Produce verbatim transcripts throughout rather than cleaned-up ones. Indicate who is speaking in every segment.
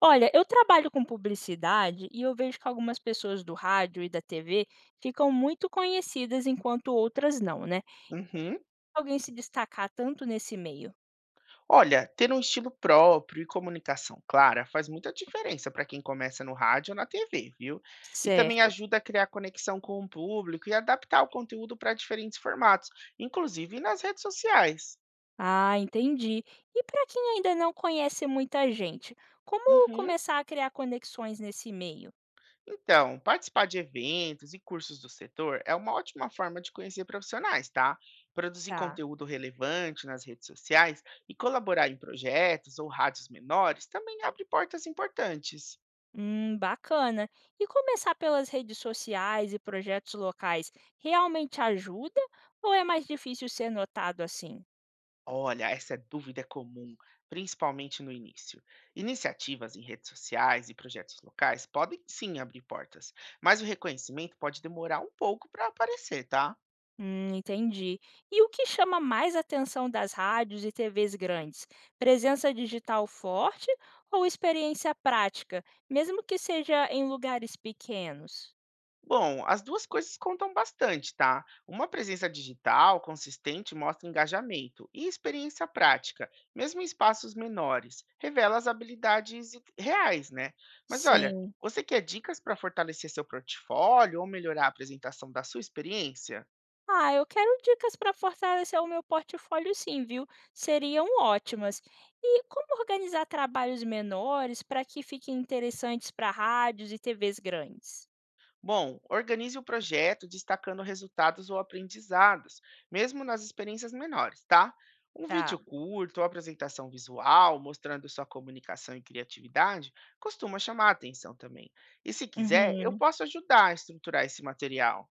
Speaker 1: Olha, eu trabalho com publicidade e eu vejo que algumas pessoas do rádio e da T V ficam muito conhecidas enquanto outras não, né?
Speaker 2: Uhum.
Speaker 1: Alguém se destacar tanto nesse meio.
Speaker 2: Olha, ter um estilo próprio e comunicação clara faz muita diferença para quem começa no rádio ou na T V, viu? E também
Speaker 1: Certo.
Speaker 2: ajuda a criar conexão com o público e adaptar o conteúdo para diferentes formatos, inclusive nas redes sociais.
Speaker 1: Ah, entendi. E para quem ainda não conhece muita gente, como
Speaker 2: Uhum.
Speaker 1: começar a criar conexões nesse meio?
Speaker 2: Então, participar de eventos e cursos do setor é uma ótima forma de conhecer profissionais, tá? Produzir
Speaker 1: Tá.
Speaker 2: conteúdo relevante nas redes sociais e colaborar em projetos ou rádios menores também abre portas importantes.
Speaker 1: Hum, bacana. E começar pelas redes sociais e projetos locais realmente ajuda ou é mais difícil ser notado assim?
Speaker 2: Olha, essa dúvida é comum, principalmente no início. Iniciativas em redes sociais e projetos locais podem sim abrir portas, mas o reconhecimento pode demorar um pouco para aparecer, tá?
Speaker 1: Hum, entendi. E o que chama mais atenção das rádios e T Vs grandes? Presença digital forte ou experiência prática, mesmo que seja em lugares pequenos?
Speaker 2: Bom, as duas coisas contam bastante, tá? Uma presença digital consistente mostra engajamento e experiência prática, mesmo em espaços menores, revela as habilidades e- reais, né? Mas olha,
Speaker 1: Sim.
Speaker 2: você quer dicas para fortalecer seu portfólio ou melhorar a apresentação da sua experiência?
Speaker 1: Ah, eu quero dicas para fortalecer o meu portfólio, sim, viu? Seriam ótimas. E como organizar trabalhos menores para que fiquem interessantes para rádios e T Vs grandes?
Speaker 2: Bom, organize o projeto destacando resultados ou aprendizados, mesmo nas experiências menores, tá? Um
Speaker 1: Tá.
Speaker 2: vídeo curto ou apresentação visual mostrando sua comunicação e criatividade costuma chamar a atenção também. E se quiser, eu
Speaker 1: Uhum.
Speaker 2: posso ajudar a estruturar esse material.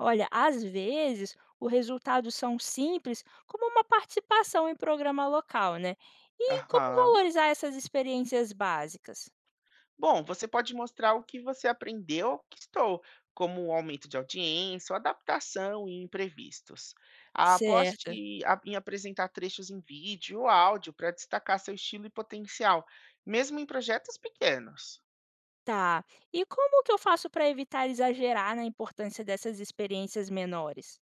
Speaker 1: Olha, às vezes o resultado são simples, como uma participação em programa local, né? E como
Speaker 2: Aham.
Speaker 1: valorizar essas experiências básicas?
Speaker 2: Bom, você pode mostrar o que você aprendeu ou conquistou, como o aumento de audiência, ou adaptação e imprevistos.
Speaker 1: Certo.
Speaker 2: Aposte a- em apresentar trechos em vídeo ou áudio para destacar seu estilo e potencial, mesmo em projetos pequenos.
Speaker 1: Tá. E como que eu faço para evitar exagerar na importância dessas experiências menores?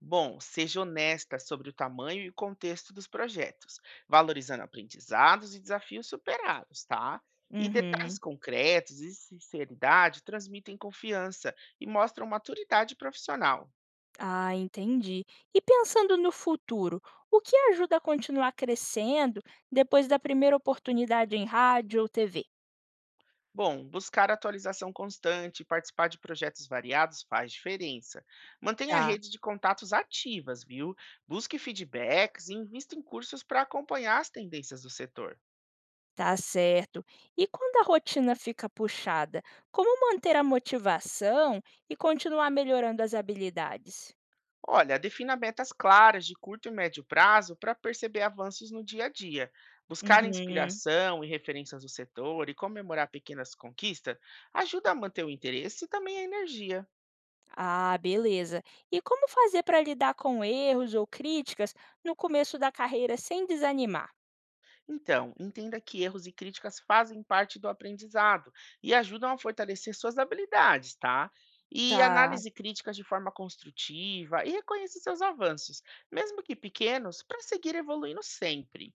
Speaker 2: Bom, seja honesta sobre o tamanho e contexto dos projetos, valorizando aprendizados e desafios superados, tá? E detalhes
Speaker 1: Uhum.
Speaker 2: concretos e sinceridade transmitem confiança e mostram maturidade profissional.
Speaker 1: Ah, entendi. E pensando no futuro, o que ajuda a continuar crescendo depois da primeira oportunidade em rádio ou T V?
Speaker 2: Bom, buscar atualização constante e participar de projetos variados faz diferença. Mantenha a
Speaker 1: Tá.
Speaker 2: rede de contatos ativas, viu? Busque feedbacks e invista em cursos para acompanhar as tendências do setor.
Speaker 1: Tá certo. E quando a rotina fica puxada, como manter a motivação e continuar melhorando as habilidades?
Speaker 2: Olha, defina metas claras de curto e médio prazo para perceber avanços no dia a dia. Buscar
Speaker 1: Uhum.
Speaker 2: inspiração e referências do setor e comemorar pequenas conquistas ajuda a manter o interesse e também a energia.
Speaker 1: Ah, beleza. E como fazer para lidar com erros ou críticas no começo da carreira sem desanimar?
Speaker 2: Então, entenda que erros e críticas fazem parte do aprendizado e ajudam a fortalecer suas habilidades, tá? E
Speaker 1: Tá,
Speaker 2: análise críticas de forma construtiva e reconheça seus avanços, mesmo que pequenos, para seguir evoluindo sempre.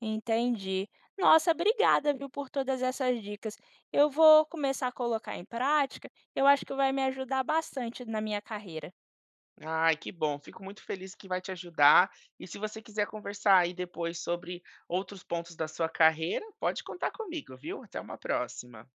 Speaker 1: entendi. Nossa, obrigada, viu, por todas essas dicas. Eu vou começar a colocar em prática. Eu acho que vai me ajudar bastante na minha carreira.
Speaker 2: Ai, que bom, fico muito feliz que vai te ajudar. E se você quiser conversar aí depois sobre outros pontos da sua carreira, pode contar comigo, viu? Até uma próxima.